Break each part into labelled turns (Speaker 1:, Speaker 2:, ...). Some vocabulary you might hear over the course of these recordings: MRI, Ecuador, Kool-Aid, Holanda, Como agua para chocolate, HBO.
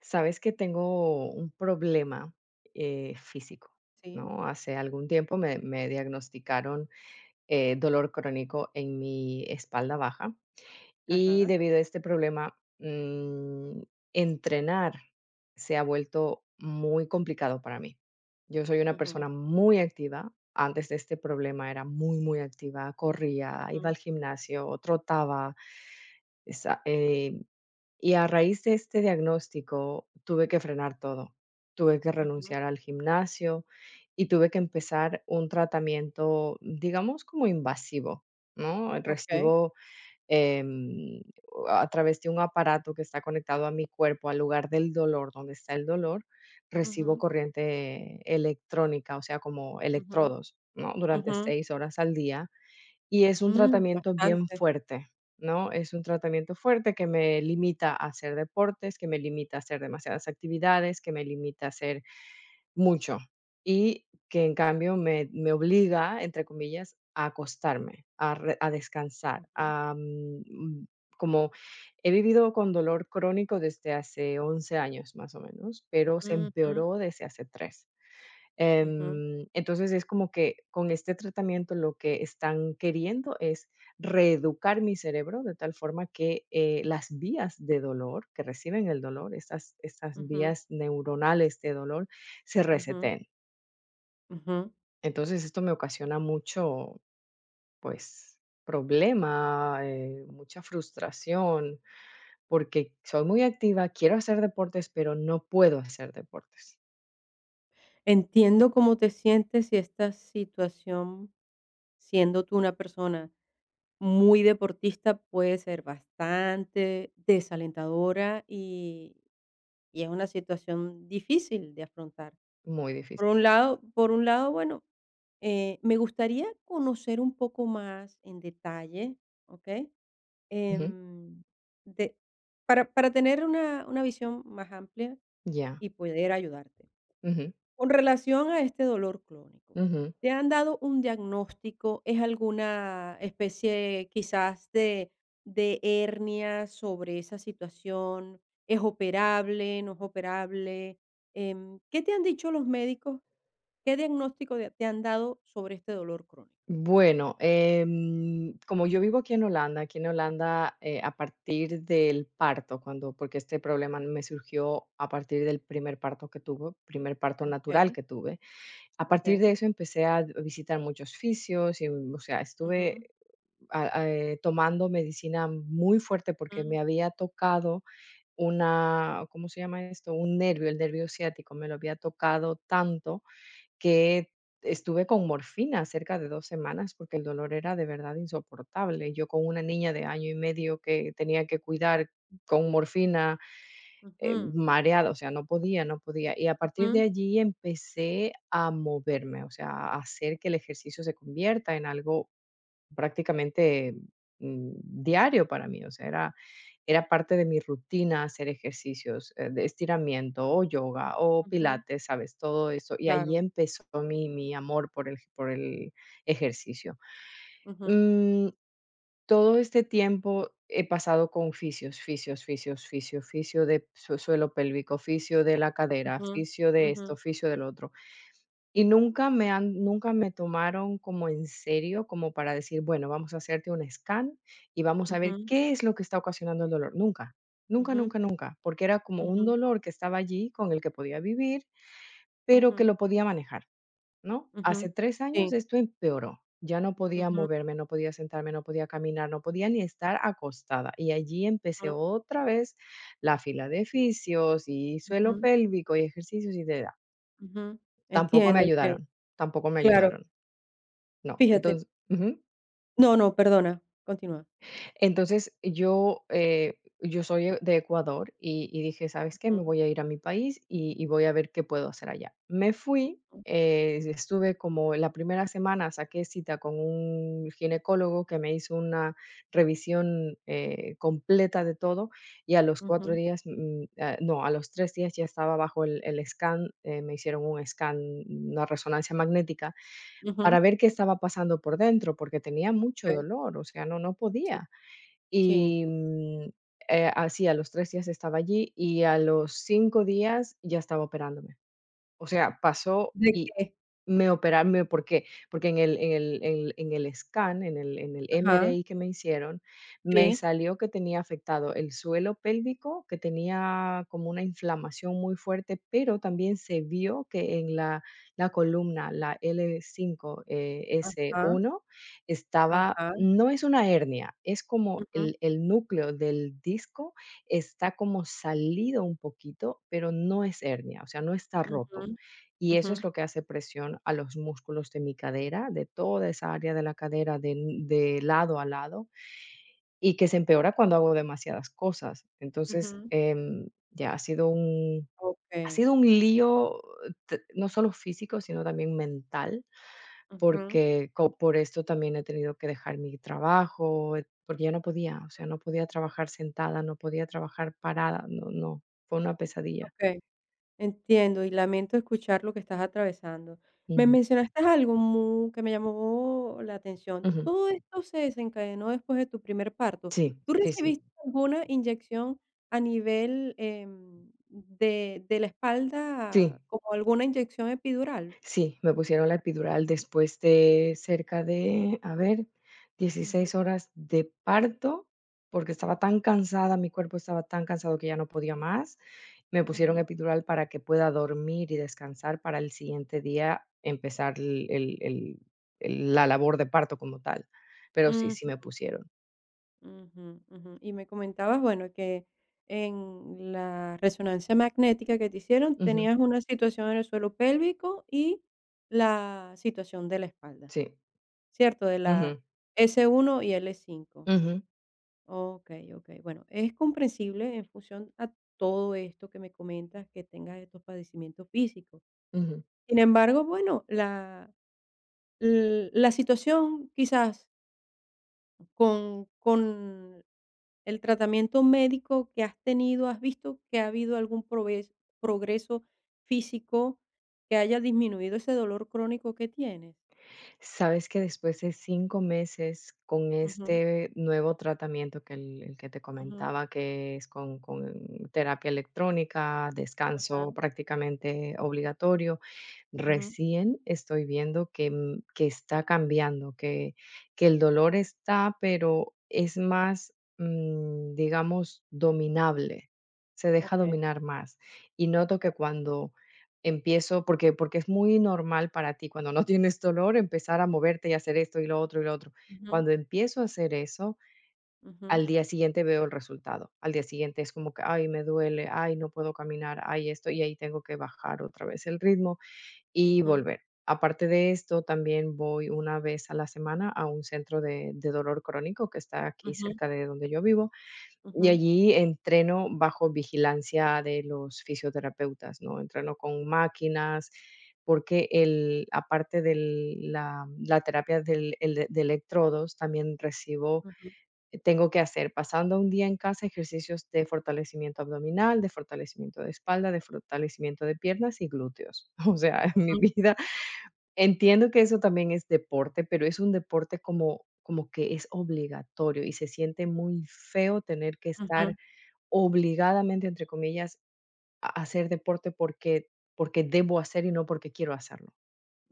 Speaker 1: Sabes que tengo un problema físico,
Speaker 2: Sí,
Speaker 1: ¿no? Hace algún tiempo me diagnosticaron dolor crónico en mi espalda baja y
Speaker 2: ajá,
Speaker 1: debido a este problema, entrenar se ha vuelto muy complicado para mí. Yo soy una
Speaker 2: ujú,
Speaker 1: persona muy activa. Antes de este problema era muy, muy activa, corría, iba
Speaker 2: mm,
Speaker 1: al gimnasio, trotaba, y a raíz de este diagnóstico tuve que frenar todo. Tuve que
Speaker 2: ujú,
Speaker 1: renunciar al gimnasio y tuve que empezar un tratamiento, digamos, como invasivo, ¿no?
Speaker 2: okey,
Speaker 1: Recibo, em, a través de un aparato que está conectado a mi cuerpo, al lugar del dolor, donde está el dolor, recibo
Speaker 2: ujú,
Speaker 1: corriente electrónica, o sea, como
Speaker 2: ujú,
Speaker 1: electrodos, ¿no? Durante
Speaker 2: ujú,
Speaker 1: 6 horas al día, y es un
Speaker 2: mm,
Speaker 1: tratamiento bien
Speaker 2: bastante,
Speaker 1: fuerte, ¿no? Es un tratamiento fuerte que me limita a hacer deportes, que me limita a hacer demasiadas actividades, que me limita a hacer mucho, y que en cambio me obliga, entre comillas, a acostarme, a descansar.
Speaker 2: ujú,
Speaker 1: Como he vivido con dolor crónico desde hace 11 años más o menos, pero se
Speaker 2: ujú,
Speaker 1: empeoró desde hace 3.
Speaker 2: ujú,
Speaker 1: Entonces es como que con este tratamiento lo que están queriendo es reeducar mi cerebro de tal forma que las vías de dolor que reciben el dolor, estas
Speaker 2: ujú,
Speaker 1: vías neuronales de dolor, se
Speaker 2: ujú,
Speaker 1: reseten.
Speaker 2: ujú.
Speaker 1: Entonces esto me ocasiona mucho, pues, problema, mucha frustración, porque soy muy activa, quiero hacer deportes, pero no puedo hacer deportes.
Speaker 2: Entiendo cómo te sientes y esta situación, siendo tú una persona muy deportista, puede ser bastante desalentadora y es una situación difícil de afrontar.
Speaker 1: Muy difícil.
Speaker 2: Por un lado, bueno, me gustaría conocer un poco más en detalle, ¿ok?
Speaker 1: Ujú.
Speaker 2: Em, de para tener una visión más amplia
Speaker 1: Ya.
Speaker 2: y poder ayudarte.
Speaker 1: Ujú.
Speaker 2: Con relación a este dolor crónico,
Speaker 1: Ujú.
Speaker 2: ¿te han dado un diagnóstico? ¿Es alguna especie quizás de hernia sobre esa situación? ¿Es operable, no es operable? ¿Qué te han dicho los médicos? ¿Qué diagnóstico de te han dado sobre este dolor crónico?
Speaker 1: Bueno, como yo vivo aquí en Holanda, a partir del parto, cuando, porque este problema me surgió a partir del primer parto que tuve, primer parto natural
Speaker 2: Okay,
Speaker 1: que tuve. A partir de
Speaker 2: okay,
Speaker 1: eso empecé a visitar muchos fisios y, o sea, estuve
Speaker 2: ujú,
Speaker 1: tomando medicina muy fuerte porque
Speaker 2: mm,
Speaker 1: me había tocado una, ¿cómo se llama esto? Un nervio, el nervio ciático, me lo había tocado tanto que estuve con morfina cerca de 2 semanas, porque el dolor era de verdad insoportable. Yo, con una niña de año y medio que tenía que cuidar con morfina,
Speaker 2: ujú,
Speaker 1: mareada, o sea, no podía, no podía. Y a partir de
Speaker 2: ujú,
Speaker 1: allí empecé a moverme, o sea, a hacer que el ejercicio se convierta en algo prácticamente, diario para mí, o sea, era parte de mi rutina hacer ejercicios, de estiramiento, o yoga, o
Speaker 2: ujú,
Speaker 1: pilates, ¿sabes? Todo eso. Y ahí
Speaker 2: claro.
Speaker 1: empezó mi amor por el ejercicio.
Speaker 2: Ujú,
Speaker 1: Mm, Todo este tiempo he pasado con fisios, fisios, fisios, fisio, fisio de su suelo pélvico, fisio de la cadera,
Speaker 2: ujú,
Speaker 1: fisio de
Speaker 2: ujú,
Speaker 1: esto, fisio del otro. Y nunca me tomaron como en serio, como para decir: "Bueno, vamos a hacerte un scan y vamos a ver
Speaker 2: ujú,
Speaker 1: qué es lo que está ocasionando el dolor". Nunca, nunca,
Speaker 2: ujú,
Speaker 1: nunca, nunca, porque era como un
Speaker 2: ujú,
Speaker 1: dolor que estaba allí, con el que podía vivir, pero que
Speaker 2: ujú.
Speaker 1: lo podía manejar, ¿no? Hace
Speaker 2: Ujú.
Speaker 1: 3 años
Speaker 2: Sí.
Speaker 1: esto empeoró. Ya no podía
Speaker 2: Ujú,
Speaker 1: moverme, no podía sentarme, no podía caminar, no podía ni estar acostada. Y allí empecé
Speaker 2: ujú,
Speaker 1: otra vez la fila de fisios y suelo
Speaker 2: ujú,
Speaker 1: pélvico y ejercicios y de edad.
Speaker 2: ujú.
Speaker 1: Tampoco me
Speaker 2: Entiendo, entiendo.
Speaker 1: ayudaron, tampoco me
Speaker 2: Claro.
Speaker 1: ayudaron. No,
Speaker 2: Fíjate
Speaker 1: entonces ujú.
Speaker 2: no, no, perdona, continúa.
Speaker 1: Entonces, yo soy de Ecuador, y dije: "¿Sabes qué? Me
Speaker 2: Ujú,
Speaker 1: voy a ir a mi país, y voy a ver qué puedo hacer allá". Me fui, estuve como la primera semana, saqué cita con un ginecólogo que me hizo una revisión, completa de todo, y a los 4
Speaker 2: ujú,
Speaker 1: días, no, a los 3 días ya estaba bajo el scan, me hicieron un scan, una resonancia magnética para
Speaker 2: ujú.
Speaker 1: ver qué estaba pasando por dentro, porque tenía mucho
Speaker 2: Okey.
Speaker 1: dolor, o sea, no
Speaker 2: Sí,
Speaker 1: podía.
Speaker 2: sí.
Speaker 1: Y, así a los 3 días estaba allí, y a los 5 días ya estaba operándome. O sea, pasó
Speaker 2: ¿De
Speaker 1: y
Speaker 2: qué?
Speaker 1: me operaron, me ¿por qué? Porque en el scan, en el
Speaker 2: Ajá,
Speaker 1: MRI que me hicieron, me
Speaker 2: sí,
Speaker 1: salió que tenía afectado el suelo pélvico, que tenía como una inflamación muy fuerte, pero también se vio que en la columna, la L5 s
Speaker 2: ajá,
Speaker 1: uno estaba,
Speaker 2: ajá.
Speaker 1: no es una hernia, es como
Speaker 2: Ujú,
Speaker 1: el núcleo del disco está como salido un poquito, pero no es hernia, o sea, no está
Speaker 2: ujú,
Speaker 1: roto. Y eso
Speaker 2: ujú,
Speaker 1: es lo que hace presión a los músculos de mi cadera, de toda esa área de la cadera, de lado a lado, y que se empeora cuando hago demasiadas cosas. Entonces,
Speaker 2: ujú.
Speaker 1: ya ha sido un ha
Speaker 2: Okey.
Speaker 1: sido un lío, t no solo físico, sino también mental,
Speaker 2: Ujú,
Speaker 1: porque co por esto también he tenido que dejar mi trabajo, porque ya no podía, o sea, no podía trabajar sentada, no podía trabajar parada, no, no, fue una pesadilla.
Speaker 2: okey. Entiendo y lamento escuchar lo que estás atravesando. Me
Speaker 1: Ujú,
Speaker 2: mencionaste algo mu que me llamó la atención.
Speaker 1: ujú.
Speaker 2: Todo esto se desencadenó después de tu primer parto.
Speaker 1: Sí,
Speaker 2: ¿Tú
Speaker 1: sí, sí,
Speaker 2: recibiste alguna inyección a nivel, de la
Speaker 1: sí.
Speaker 2: espalda, como alguna inyección epidural?
Speaker 1: Sí, me pusieron la epidural después de cerca de, a ver,
Speaker 2: Ujú,
Speaker 1: 16 horas de parto, porque estaba tan
Speaker 2: ujú,
Speaker 1: cansada, mi cuerpo estaba tan cansado que ya no podía más. Me pusieron
Speaker 2: ujú,
Speaker 1: epidural para que pueda dormir y descansar para el siguiente día empezar el la labor de parto como tal. Pero sí, sí
Speaker 2: ujú.
Speaker 1: me pusieron.
Speaker 2: Ujú, ujú. Y me comentabas, bueno, que en la resonancia magnética que te hicieron
Speaker 1: Ujú,
Speaker 2: tenías una situación en el suelo pélvico y la situación de la espalda,
Speaker 1: sí.
Speaker 2: ¿cierto? De la
Speaker 1: Ujú,
Speaker 2: s uno y l cinco
Speaker 1: ujú,
Speaker 2: ok, ok. Bueno, es comprensible en función a todo esto que me comentas, que tengas estos padecimientos físicos.
Speaker 1: ujú.
Speaker 2: Sin embargo, bueno, la, la situación quizás con el tratamiento médico que has tenido, ¿has visto que ha habido algún proves progreso físico que haya disminuido ese dolor crónico que tienes?
Speaker 1: Sabes que después de 5 meses con
Speaker 2: Ujú,
Speaker 1: este nuevo tratamiento, que el que te
Speaker 2: ujú,
Speaker 1: comentaba, que es con terapia electrónica,
Speaker 2: ajá,
Speaker 1: descanso prácticamente obligatorio.
Speaker 2: ujú,
Speaker 1: Recién estoy viendo que, que está cambiando, que el dolor está, pero es más, digamos, dominable, se deja
Speaker 2: okey,
Speaker 1: dominar más. Y noto que
Speaker 2: okey.
Speaker 1: cuando empiezo porque porque es muy normal para ti, cuando no tienes dolor, empezar a moverte y hacer esto, y lo otro, y lo otro.
Speaker 2: Ujú,
Speaker 1: Cuando empiezo a hacer eso,
Speaker 2: ujú,
Speaker 1: al día siguiente veo el resultado. Al día siguiente es como que: "Ay, me duele, ay, no puedo caminar, ay, esto", y ahí tengo que bajar otra vez el ritmo. Y
Speaker 2: ujú,
Speaker 1: volver. Aparte de esto, también voy una vez a la semana a un centro de dolor crónico que está aquí
Speaker 2: ujú,
Speaker 1: cerca de donde yo vivo, y
Speaker 2: ujú,
Speaker 1: allí entreno bajo vigilancia de los fisioterapeutas, ¿no? Entreno con máquinas, porque el aparte de la terapia del el de electrodos, también recibo,
Speaker 2: ujú,
Speaker 1: tengo que hacer, pasando un día en casa, ejercicios de fortalecimiento abdominal, de fortalecimiento de espalda, de fortalecimiento de piernas y glúteos. O sea, mi
Speaker 2: ujú,
Speaker 1: vida. Entiendo que eso también es deporte, pero es un deporte como que es obligatorio, y se siente muy feo tener que
Speaker 2: ujú,
Speaker 1: estar obligadamente, entre comillas, a hacer deporte, porque debo hacer y no porque quiero hacerlo,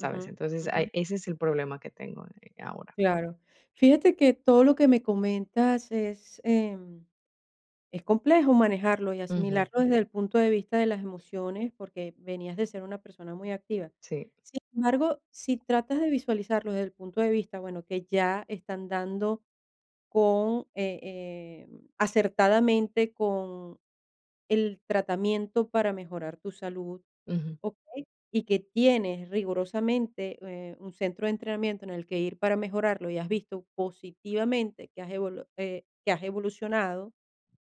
Speaker 1: ¿sabes?
Speaker 2: ujú,
Speaker 1: Entonces,
Speaker 2: ujú,
Speaker 1: ese es el problema que tengo, ahora.
Speaker 2: claro. Fíjate que todo lo que me comentas es, es complejo manejarlo y
Speaker 1: Ujú,
Speaker 2: asimilarlo desde el punto de vista de las emociones, porque venías de ser una persona muy activa.
Speaker 1: sí,
Speaker 2: Sin embargo, si tratas de visualizarlo desde el punto de vista, bueno, que ya están dando con acertadamente con el tratamiento para mejorar tu salud,
Speaker 1: ujú,
Speaker 2: ¿ok? Y que tienes rigurosamente un centro de entrenamiento en el que ir para mejorarlo y has visto positivamente que has, que has evolucionado,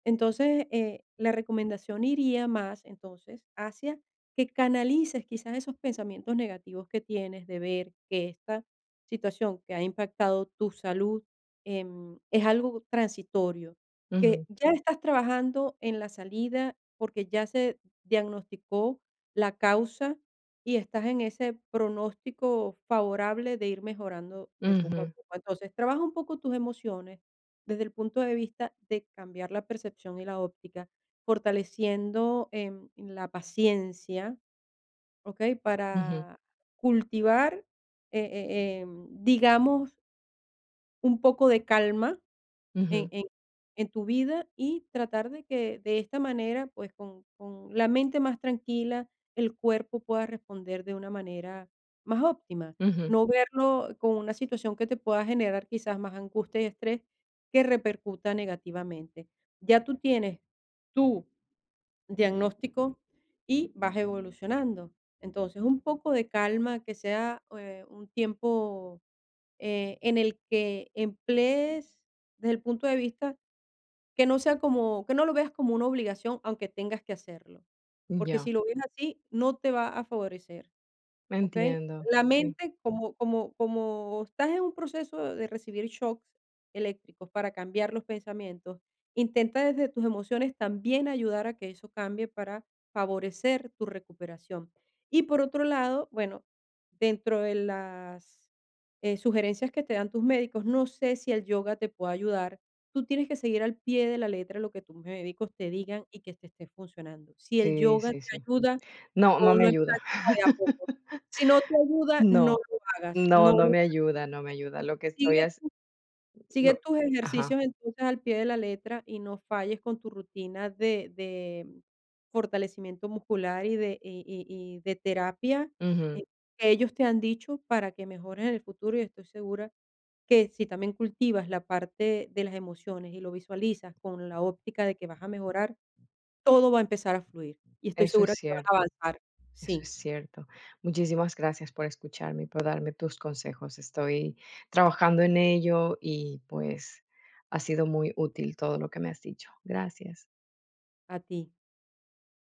Speaker 2: entonces, la recomendación iría más entonces hacia que canalices quizás esos pensamientos negativos que tienes de ver que esta situación que ha impactado tu salud es algo transitorio, que
Speaker 1: ujú,
Speaker 2: ya sí. Estás trabajando en la salida porque ya se diagnosticó la causa y estás en ese pronóstico favorable de ir mejorando de poco a
Speaker 1: ujú,
Speaker 2: poco. Entonces, trabaja un poco tus emociones desde el punto de vista de cambiar la percepción y la óptica, fortaleciendo la paciencia, ¿ok?
Speaker 1: ujú,
Speaker 2: Para cultivar, digamos, un poco de calma en
Speaker 1: ujú,
Speaker 2: en en tu vida y tratar de que de esta manera, pues, con la mente más tranquila, el cuerpo pueda responder de una manera más óptima.
Speaker 1: ujú,
Speaker 2: No verlo con una situación que te pueda generar quizás más angustia y estrés que repercuta negativamente. Ya tú tienes tu diagnóstico y vas evolucionando. Entonces, un poco de calma, que sea, un tiempo, en el que emplees desde el punto de vista que no sea como que no lo veas como una obligación, aunque tengas que hacerlo, porque
Speaker 1: ya,
Speaker 2: si lo ves así, no te va a favorecer. Okey.
Speaker 1: entiendo,
Speaker 2: La
Speaker 1: sí,
Speaker 2: mente, como estás en un proceso de recibir shocks eléctricos para cambiar los pensamientos, intenta desde tus emociones también ayudar a que eso cambie para favorecer tu recuperación. Y por otro lado, bueno, dentro de las, sugerencias que te dan tus médicos, no sé si el yoga te pueda ayudar. Tú tienes que seguir al pie de la letra lo que tus médicos te digan y que te esté funcionando. Si el
Speaker 1: sí,
Speaker 2: yoga
Speaker 1: sí,
Speaker 2: te
Speaker 1: sí.
Speaker 2: ayuda,
Speaker 1: No, no me
Speaker 2: ponlo en
Speaker 1: ayuda.
Speaker 2: práctica de a poco. Si no te ayuda, no
Speaker 1: No,
Speaker 2: lo hagas,
Speaker 1: no,
Speaker 2: no
Speaker 1: no
Speaker 2: lo
Speaker 1: me
Speaker 2: hagas.
Speaker 1: ayuda, no me ayuda. Lo que estoy
Speaker 2: Sigue
Speaker 1: haci
Speaker 2: sigue tus
Speaker 1: ajá,
Speaker 2: ejercicios entonces al pie de la letra y no falles con tu rutina de fortalecimiento muscular y y de terapia,
Speaker 1: ujú,
Speaker 2: eh, que ellos te han dicho para que mejores en el futuro, y estoy segura que si también cultivas la parte de las emociones y lo visualizas con la óptica de que vas a mejorar, todo va a empezar a fluir y estoy
Speaker 1: eso es
Speaker 2: segura que vas
Speaker 1: cierto,
Speaker 2: a avanzar.
Speaker 1: eso es
Speaker 2: Sí,
Speaker 1: cierto. Muchísimas gracias por escucharme y por darme tus consejos. Estoy trabajando en ello y, pues, ha sido muy útil todo lo que me has dicho. Gracias.
Speaker 2: a ti.